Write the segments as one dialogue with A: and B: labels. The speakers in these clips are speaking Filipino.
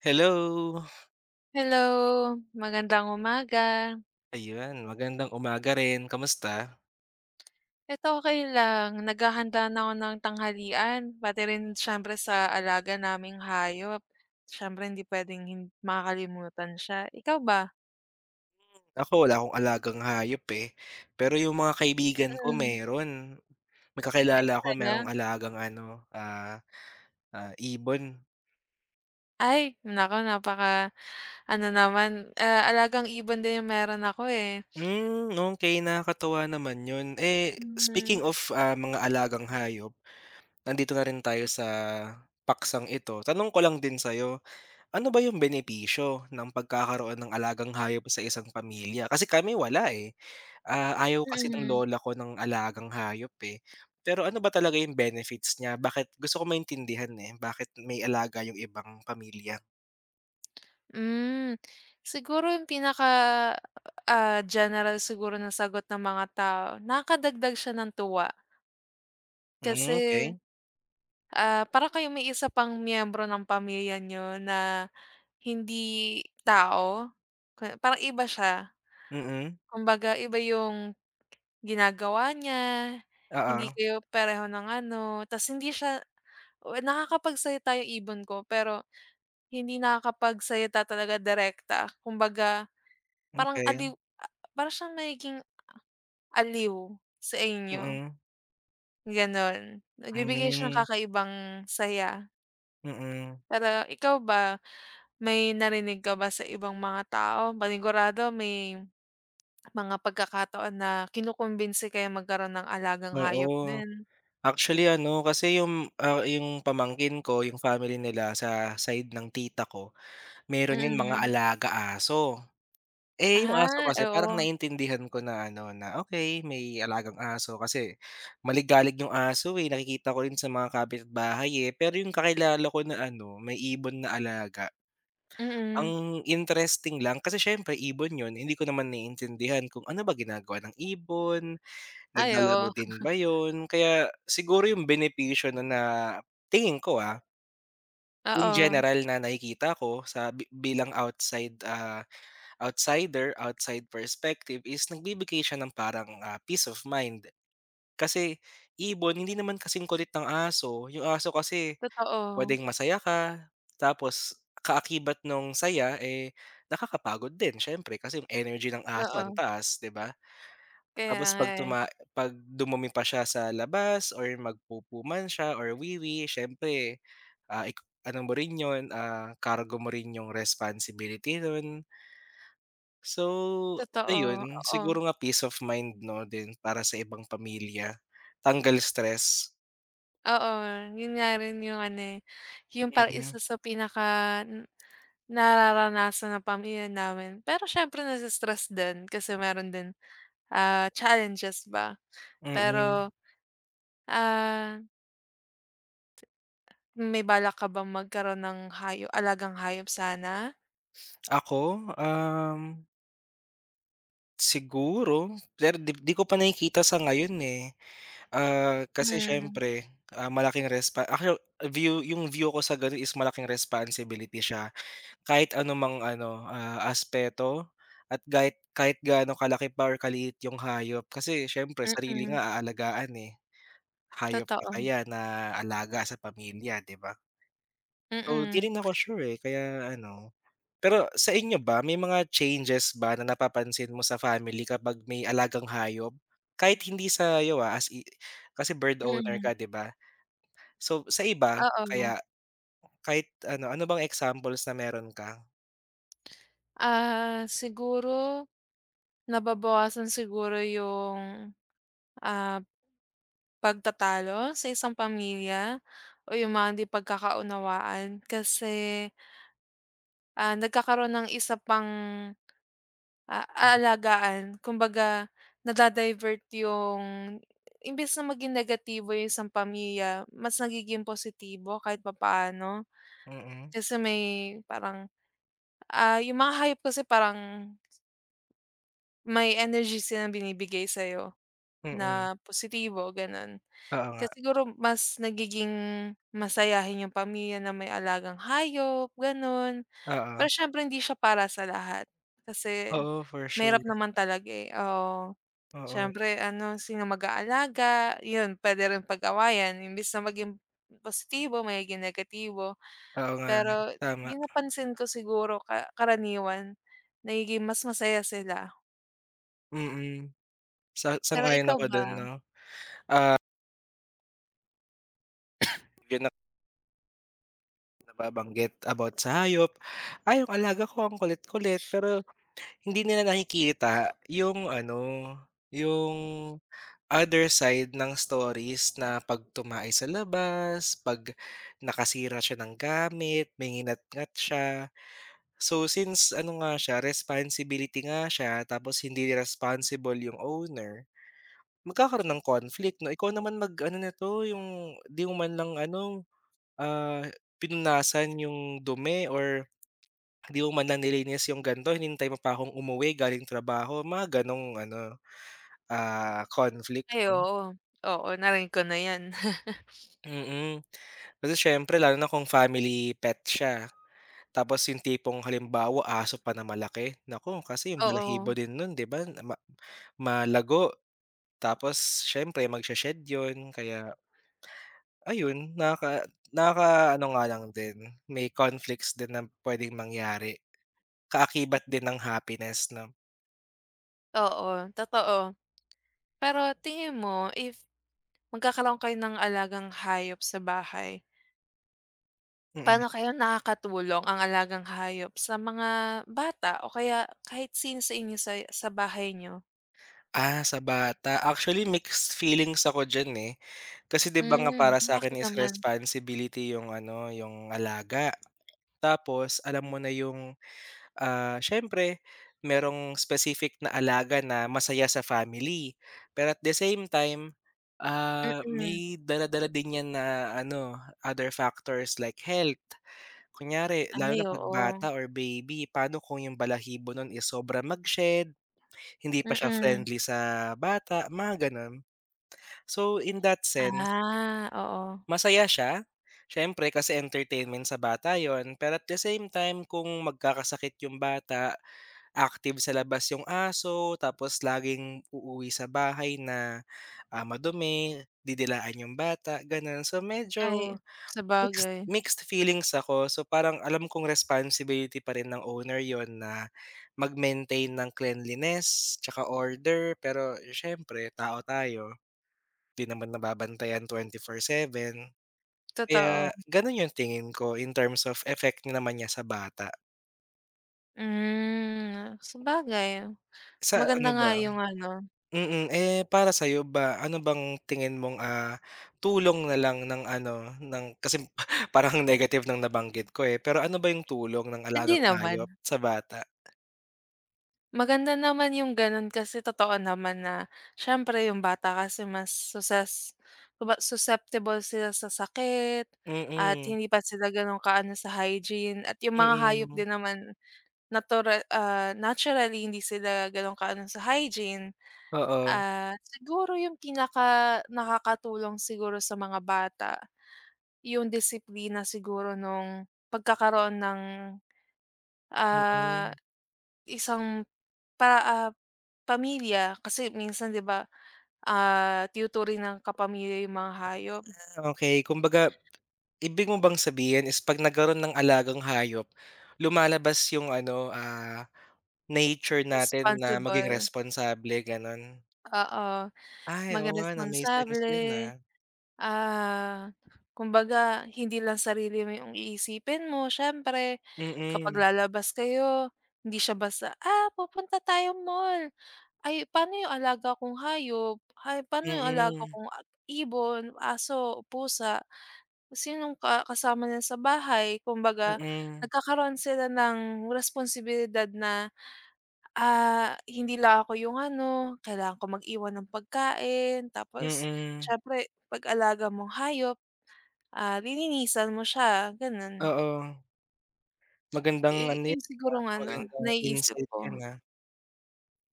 A: Hello.
B: Hello, magandang umaga.
A: Ayun, magandang umaga rin, kamusta?
B: Eto okay lang, naghahanda na ako ng tanghalian, pati rin siyempre sa alaga naming hayop. Siyempre hindi puwedeng makakalimutan siya. Ikaw ba?
A: Ako wala akong alagang hayop, eh, pero yung mga kaibigan ko
B: Mm.
A: meron. May
B: Ay
A: kakilala ako
B: talaga?
A: merong alagang ano, ibon.
B: Ay naku, napaka-ano naman, alagang ibon din yung meron ako, eh.
A: Okey, nakakatuwa naman yun. Eh,
B: Hmm,
A: speaking of, mga alagang hayop, nandito na rin tayo sa paksang ito. Tanong ko lang din sa'yo, ano ba yung benepisyo ng pagkakaroon ng alagang hayop sa isang pamilya? Kasi kami wala, eh. Ayaw kasi ng
B: mm.
A: lola ko ng alagang hayop, eh. Pero ano ba talaga yung benefits niya? Bakit gusto ko maintindihan, eh, bakit may alaga yung ibang pamilya?
B: Hmm, siguro yung pinaka, general siguro na sagot ng mga tao, nakadagdag siya ng tuwa. Kasi,
A: Okey.
B: para kayong may isa pang miyembro ng pamilya niyo na hindi tao, ka parang iba siya.
A: Mm.
B: Kumbaga iba yung ginagawa niya,
A: Okay.
B: hindi
A: Mm-mm.
B: kayo pareho ng ano, ta's hindi siya nakakapagsalita yung ibon ko, pero hindi nakakapagsalita talaga direkta. Kumbaga
A: Oo,
B: parang aliw,
A: okey.
B: para siyang nagiging aliw sa inyo,
A: Mm.
B: gano'n. Nagbibigay siya ng
A: Mm.
B: kakaibang saya.
A: Mm-mm.
B: Pero ikaw ba? May narinig ka ba sa ibang mga tao, panigurado may mga pagkakataon na kinukumbinsi kayo magkaroon ng alagang hayop
A: Oo.
B: din.
A: Actually ano, kasi yung, yung pamangkin ko, yung family nila sa side ng tita ko, meron 'yun mga
B: Mm.
A: alaga aso. Eh, yung aso
B: Ah,
A: kasi parang
B: oo,
A: naintindihan ko na ano, na okay may alagang aso kasi maligalig yung aso, eh, nakikita ko rin sa mga kapitbahay, eh. Pero yung kakilala ko na ano, may ibon na alaga,
B: mm.
A: ang interesting lang kasi siyempre ibon yun, hindi ko naman naiintindihan kung ano ba ginagawa ng ibon,
B: Ay,
A: naglalaro
B: oo,
A: din ba yun. Kaya siguro yung benepisyo na na tingin ko, in
B: oo,
A: general na nakikita ko sa bi bilang outside, outsider, outside perspective is nagbibigay siya ng parang, peace of mind. Kasi ibon hindi naman kasing kulit ng aso, yung aso kasi
B: totoo.
A: puwedeng masaya ka tapos kaakibat nung saya, eh, nakakapagod din siyempre kasi yung energy ng aso ang
B: Oo,
A: taas, 'di ba?
B: kaya
A: Tapos
B: nga,
A: 'pag tuma
B: eh,
A: 'pag dumumi pa siya sa labas or magpupo man siya or wiwi siyempre, ah, ik ano mo rin 'yun, cargo mo rin 'yung responsibility nun. So,
B: totoo,
A: ayun
B: oo.
A: siguro nga peace of mind 'no din para sa ibang pamilya, tanggal stress.
B: Oo, yun nga rin yung ano, eh, yung parang isa
A: Mm,
B: sa nararanasan ng pamilya namin. Pero siyempre nase-stress din kasi meron din, challenges ba.
A: mm.
B: Pero Ah, may balak ka bang magkaroon ng alagang hayop sana?
A: Ako, siguro, pero 'di ko pa nakikita sa ngayon, eh. Kasi
B: Hmm,
A: siyempre, malaking respa actually view yung view ko sa gano'n is malaking responsibility siya. Kahit anumang ano, aspeto at kahit kahit gaano kalaki pa or kaliit yung hayop kasi siyempre sarili
B: mm,
A: nga aalagaan, eh. Hayop pa
B: totoo.
A: kaya na alaga sa pamilya, 'di ba? So, di
B: Mm,
A: rin ako sure, eh, kaya ano pero sa inyo ba may mga changes ba na napapansin mo sa family kapag may alagang hayop? Kahit hindi sa'yo, ah, as i kasi bird owner
B: mm,
A: ka, 'di ba? So, sa iba
B: oo.
A: kaya kahit ano, ano bang examples na meron ka?
B: Ah, siguro nababawasan siguro yung, ah, pagtatalo sa isang pamilya o yung mga hindi pagkakaunawaan kasi, nagkakaroon ng isa pang aalagaan. Kumbaga, nada yung imbes na maging negatibo yung isang pamilya, mas nagiging positibo kahit papaano.
A: Mm,
B: Kasi may parang, yung mga hayop kasi parang may energy silang binibigay sa'yo
A: mm.
B: na positibo, gano'n.
A: Oo nga,
B: Kasi siguro mas nagiging masayahin yung pamilya na may alagang hayop, gano'n. Pero
A: oo.
B: siyempre hindi siya para sa lahat kasi
A: Oo, for
B: mahirap
A: sure,
B: naman talaga, eh, oo.
A: oo.
B: Siyempre ano, sino mag-aalaga, 'yun puwede rin pag-awayan imbes na maging positibo magiging negatibo.
A: Oo nga,
B: Pero
A: tama.
B: 'yung napansin ko siguro karaniwan nagiging mas masaya sila.
A: Mm, sa
B: Pero
A: sang-ayon
B: ikaw
A: ako
B: ba?
A: dun 'no. Yun nababanggit about sa hayop. "Ay, yung alaga ko ang kulit-kulit," pero hindi nila nakikita yung ano, yung other side ng stories na 'pag tumai sa labas, 'pag nakasira siya ng gamit, may nginatngat siya. So, since ano nga siya, responsibility nga siya tapos hindi responsible yung owner, magkakaroon ng conflict 'no. Ikaw naman mag-ano nito, yung 'di mo man lang ano, ah, pinunasan yung dumi or hindi mo man lang nilinis yung ganito, hinintay mo pa akong umuwi galing trabaho, mga gano'ng ano, conflict
B: Ay
A: 'no.
B: oo, oo narinig ko na 'yan.
A: Mm, kasi siyempre lalo na kung family pet siya, tapos yung tipong halimbawa aso pa na malaki, naku kasi yung balahibo
B: Oo,
A: din nun 'di ba ma malago tapos siyempre magshe-shed yun kaya ayun nakaka nakakaano nga lang din, may conflicts din na puwedeng mangyari, kaakibat din ng happiness 'no,
B: oo, totoo. Pero tingin mo if magkakaroon kayo ng alagang hayop sa bahay,
A: mm.
B: paano kaya nakakatulong ang alagang hayop sa mga bata o kaya kahit sino sa inyo sa bahay niyo?
A: Sa bata. Actually, mixed feelings ako diyan, eh. Kasi 'di ba nga
B: Hmm,
A: para sa
B: bakit
A: akin is
B: naman?
A: responsibility yung ano, yung alaga. Tapos alam mo na yung, siyempre merong specific na alaga na masaya sa family. Pero at the same time,
B: Mm.
A: may dala-dala din 'yan na ano, other factors like health. Kunyari lalo
B: Ay,
A: na 'pag
B: oo.
A: bata or baby, paano kung yung balahibo nun is sobra mag hindi pa siya
B: Mm.
A: friendly sa bata, mga gano'n. So, in that sense,
B: Ah, oo.
A: masaya siya, siyempre kasi entertainment sa bata yon pero at the same time kung magkakasakit yung bata, active sa labas yung aso, tapos laging uuwi sa bahay na, madumi, didilaan yung bata, gano'n. So, medyo
B: Ay,
A: Mixed
B: sabagay,
A: mixed feelings ako. So, parang alam kong responsibility pa rin ng owner 'yon na mag-maintain ng cleanliness tsaka order, pero siyempre tao tayo, 'di naman nababantayan 24/7.
B: totoo.
A: Kaya gano'n 'yung tingin ko in terms of effect naman niya sa bata.
B: Hmm, sabagay
A: Sa
B: maganda
A: ano
B: nga
A: ba
B: yung ano,
A: mm, eh, para sa'yo ba, ano bang tingin mong, tulong na lang ng ano, ng kasi parang negative ng nabanggit ko, eh, pero ano ba 'yung tulong ng
B: hindi
A: alagang hayop
B: naman.
A: sa bata?
B: Maganda naman yung gano'n kasi totoo naman na siyempre yung bata kasi mas susces kumba susceptible sila sa sakit at
A: Mm,
B: hindi pa sila gano'n ka sa hygiene at yung mga hayop
A: mm.
B: din naman naturally hindi sila gano'n ka sa hygiene.
A: Oo.
B: Siguro yung pinaka nakakatulong siguro sa mga bata yung disiplina siguro nung pagkakaroon ng, ah,
A: Mm.
B: isang para, pamilya kasi minsan 'di ba, tinuturing ng kapamilya yung mga hayop.
A: Okey, kumbaga ibig mo bang sabihin is 'pag nagkaroon ng alagang hayop, lumalabas yung ano, nature natin na maging
B: Responsible,
A: responsable, gano'n?
B: oo,
A: Ay, oo
B: maging
A: nga 'no, may sense
B: responsable,
A: yun, ah.
B: ah, kumbaga hindi lang sarili mo yung iisipin mo. Siyempre kapag
A: Mm,
B: lalabas kayo, hindi siya basta, "Ah, pupunta tayo mall. Ay, paano yung alaga kong hayop? Hay paano yung alaga
A: mm,
B: kong ibon, aso, pusa?" Kung sinong ka kasama niya sa bahay kumbaga
A: mm,
B: nagkakaroon sila ng responsibilidad na, hindi lang ako yung ano, kailangan ko mag-iwan ng pagkain tapos
A: mm.
B: siyempre 'pag alaga mong hayop, lilinisan mo siya gano'n.
A: Oo, magandang
B: I
A: ano
B: yun
A: yun, ah,
B: sigurong ano
A: magandang
B: naiisip
A: insight
B: ko,
A: yun, ah.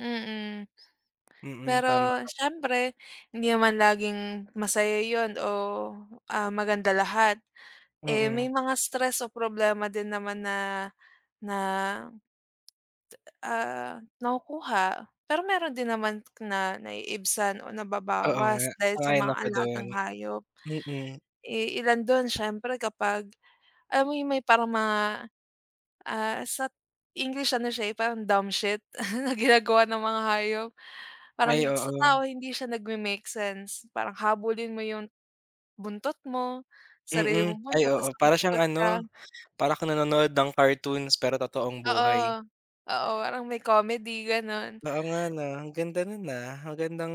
B: mm.
A: Mm, tama
B: Pero
A: ka.
B: siyempre hindi naman laging masaya yon o, maganda lahat. Eh, may
A: Mm,
B: mga stress o problema din naman na na, ah, nakukuha. Pero meron din naman na naiibsan o
A: oo
B: nababawas
A: nga,
B: dahil sa mga
A: sang-ayon ako dun.
B: alagang hayop.
A: Mm,
B: Eh, ilan dun siyempre kapag alam mo yung may parang mga, sa English ano siya, eh, parang dumb shit na ginagawa ng mga hayop.
A: ay
B: Parang
A: oo.
B: sa tao hindi siya nagme-make sense. Parang habulin mo yung buntot mo, sarili
A: Mm.
B: mong
A: Ay,
B: buntot
A: oo.
B: tapos
A: Para siyang
B: umiikot
A: ano,
B: ka.
A: para kang nanonood ng cartoons pero totoong buhay.
B: Oo, oo parang may comedy gano'n.
A: Oo nga 'no, ang ganda nun, ah. Magandang,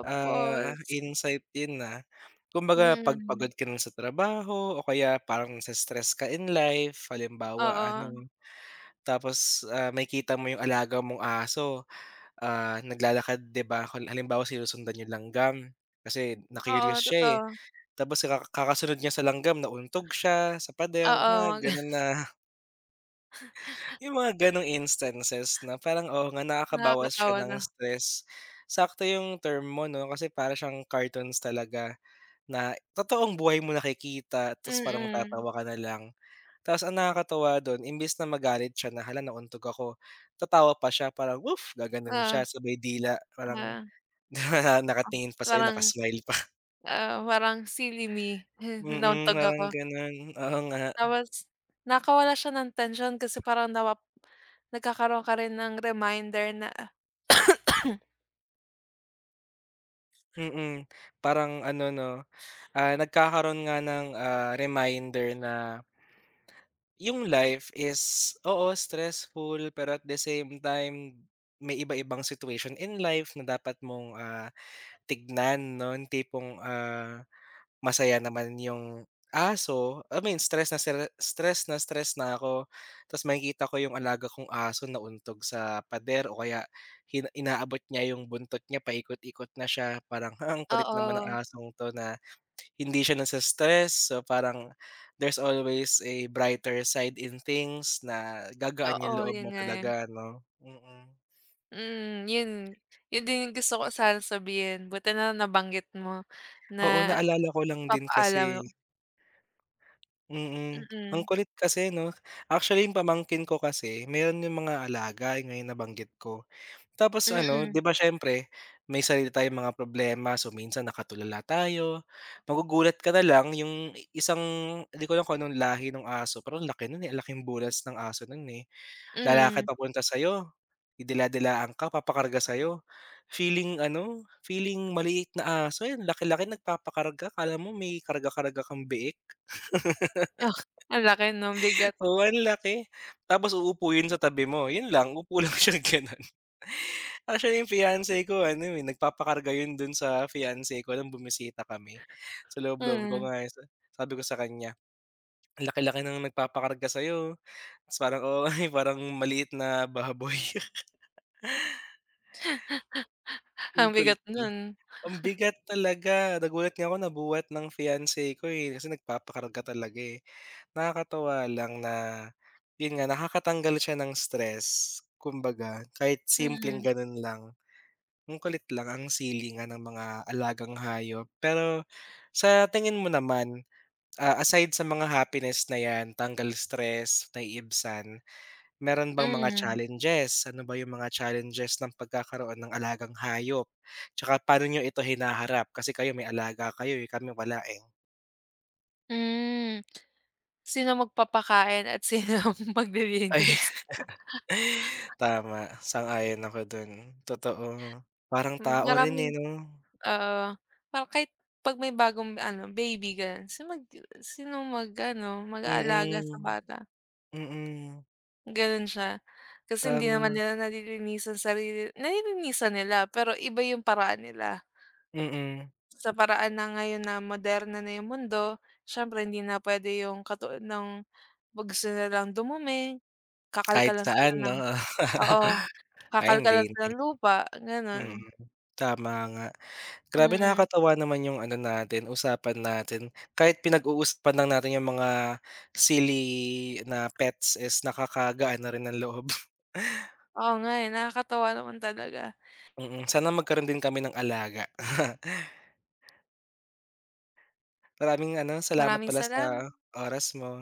A: insight yun, ah. Kumbaga 'pag
B: mm,
A: pagod ka na sa trabaho o kaya parang nase-stress ka in life, halimbawa
B: oo,
A: ano, tapos, makikita mo yung alaga mong aso, naglalakad 'di ba, kal halimbawa sinusundan yung langgam kasi
B: oo
A: na-curious siya, eh.
B: totoo,
A: Tapos kaka kakasunod niya sa langgam nauntog siya sa pader, mga
B: oo
A: ganun na yung mga gano'ng instances na parang, oo nga, nakakabawas siya
B: nakakatawa na,
A: ng stress. Sakto yung term mo 'no, kasi para siyang cartoons talaga na totoong buhay mo nakikita tapos parang
B: mm,
A: tatawa ka na lang. Tapos ang nakakatuwa do'n imbes na magalit siya na, "Hala, nauntog ako," tatawa pa siya parang, "Woof!" Gagano'n
B: oo,
A: siya sabay dila parang
B: oo,
A: na nakatingin pa sa'yo,
B: parang,
A: naka-smile pa.
B: parang silly me
A: Mm,
B: nauntog
A: parang
B: ako.
A: gano'n, oo nga.
B: Tapos nakakawala siya ng tensyon kasi parang nagkakaroon ka rin ng reminder na
A: Mm, parang ano 'no, nagkakaroon nga ng, reminder na yung life is, oo, stressful pero at the same time, may iba-ibang situation in life na dapat mong, tignan 'no, yung tipong, masaya naman yung aso, I mean stress na stre stress na ako, ta's makikita ko yung alaga kong aso na nauntog sa pader o kaya hina inaabot niya yung buntot niya paikot-ikot na siya, parang, "Ha, ang kulit naman ng
B: oo,
A: asong 'to na." Hindi siya nase-stress, so parang there's always a brighter side in things na gagaan
B: oo
A: yung loob
B: 'yun
A: mo
B: nga, eh.
A: talaga 'no, mm.
B: Mm, yun yun din yung gusto ko sana sabihin buti na lang nabanggit mo
A: Oo,
B: na
A: naalala ko lang din
B: papaalam
A: kasi mm. Ang
B: mm,
A: kulit kasi 'no. Actually, yung pamangkin ko kasi meron yung mga alaga, yung ngayon nabanggit ko. Tapos ano, 'di
B: mm,
A: ba siyempre may sarili tayong mga problema, so minsan nakatulala tayo, magugulat ka na lang yung isang hindi ko alam kung anong lahi ng aso pero ang laki nun, eh, ang laking bulas ng aso nun, eh. Lalakad
B: mm.
A: papunta sa'yo, didila-dilaan ka, papakarga sa'yo. Feeling ano, feeling maliit na aso, eh, laki-laki nagpapakarga akala mo may karga-karga kang biik.
B: Oh ang laki 'no, bigat,
A: Oo, ang laki. Tapos uupo yun sa tabi mo, yun lang, upo lang siya gano'n. Actually, yung fiance ko ano, eh, nagpapakarga yun dun sa fiance ko nung bumisita kami. Sa loob-loob ko
B: mm.
A: nga, eh, sa sabi ko sa kanya, "Ang laki-laki ng nagpapakarga sa'yo." Ta's parang, oo nga, eh, parang maliit na baboy.
B: Ang
A: Ang
B: bigat
A: kulit lang.
B: nun,
A: Ang bigat talaga. Nagulat nga ako na nabuhat ng fiance ko, eh, kasi nagpapakarga talaga, eh. Nakakatuwa lang na yun nga, nakakatanggal siya ng stress kumbaga, kahit simpleng
B: mm,
A: ganun lang. Ang kulit lang, ang silly nga ng mga alagang hayop. Pero sa tingin mo naman, aside sa mga happiness na 'yan, tanggal stress, naiibsan, meron bang mga
B: mm,
A: challenges? Ano ba yung mga challenges ng pagkakaroon ng alagang hayop? Tsaka paano niyo ito hinaharap? Kasi kayo may alaga kayo, eh, kami wala, eh.
B: hmm. Sino magpapakain at sino
A: Ay,
B: maglilinis.
A: tama, sang-ayon ako dun, totoo. Parang
B: Hmm,
A: tao rin,
B: maraming
A: eh, 'no?
B: oo, parang kahit 'pag may bagong ano, baby ganun, sino mag-ano, mag-aalaga sa
A: Mm,
B: bata.
A: mm,
B: Gano'n siya. Kasi hindi naman
A: tama,
B: nila nalilinisan sarili nalilinisan nila pero iba yung paraan nila.
A: mm.
B: Sa paraan na ngayon na moderno na yung mundo, siyempre hindi na puwede yung katulad ng 'pag gusto nilang dumumi,
A: Kahit
B: kakalkalan sila
A: saan 'no,
B: ng
A: oo.
B: oo,
A: Ay
B: kakalkalan
A: hindi na,
B: sila
A: eh.
B: ng lupa, gano'n.
A: Mm, tama nga. Grabe
B: Mm.
A: nakakatuwa naman yung ano natin, usapan natin. Kahit pinag-uusapan lang natin yung mga silly na pets is nakakagaan na rin ng loob.
B: Oo nga, eh, nakakatuwa naman talaga.
A: Mm, sana magkaroon din kami ng alaga. Maraming ano, salamat
B: Maraming
A: pala sa
B: salamat.
A: oras mo.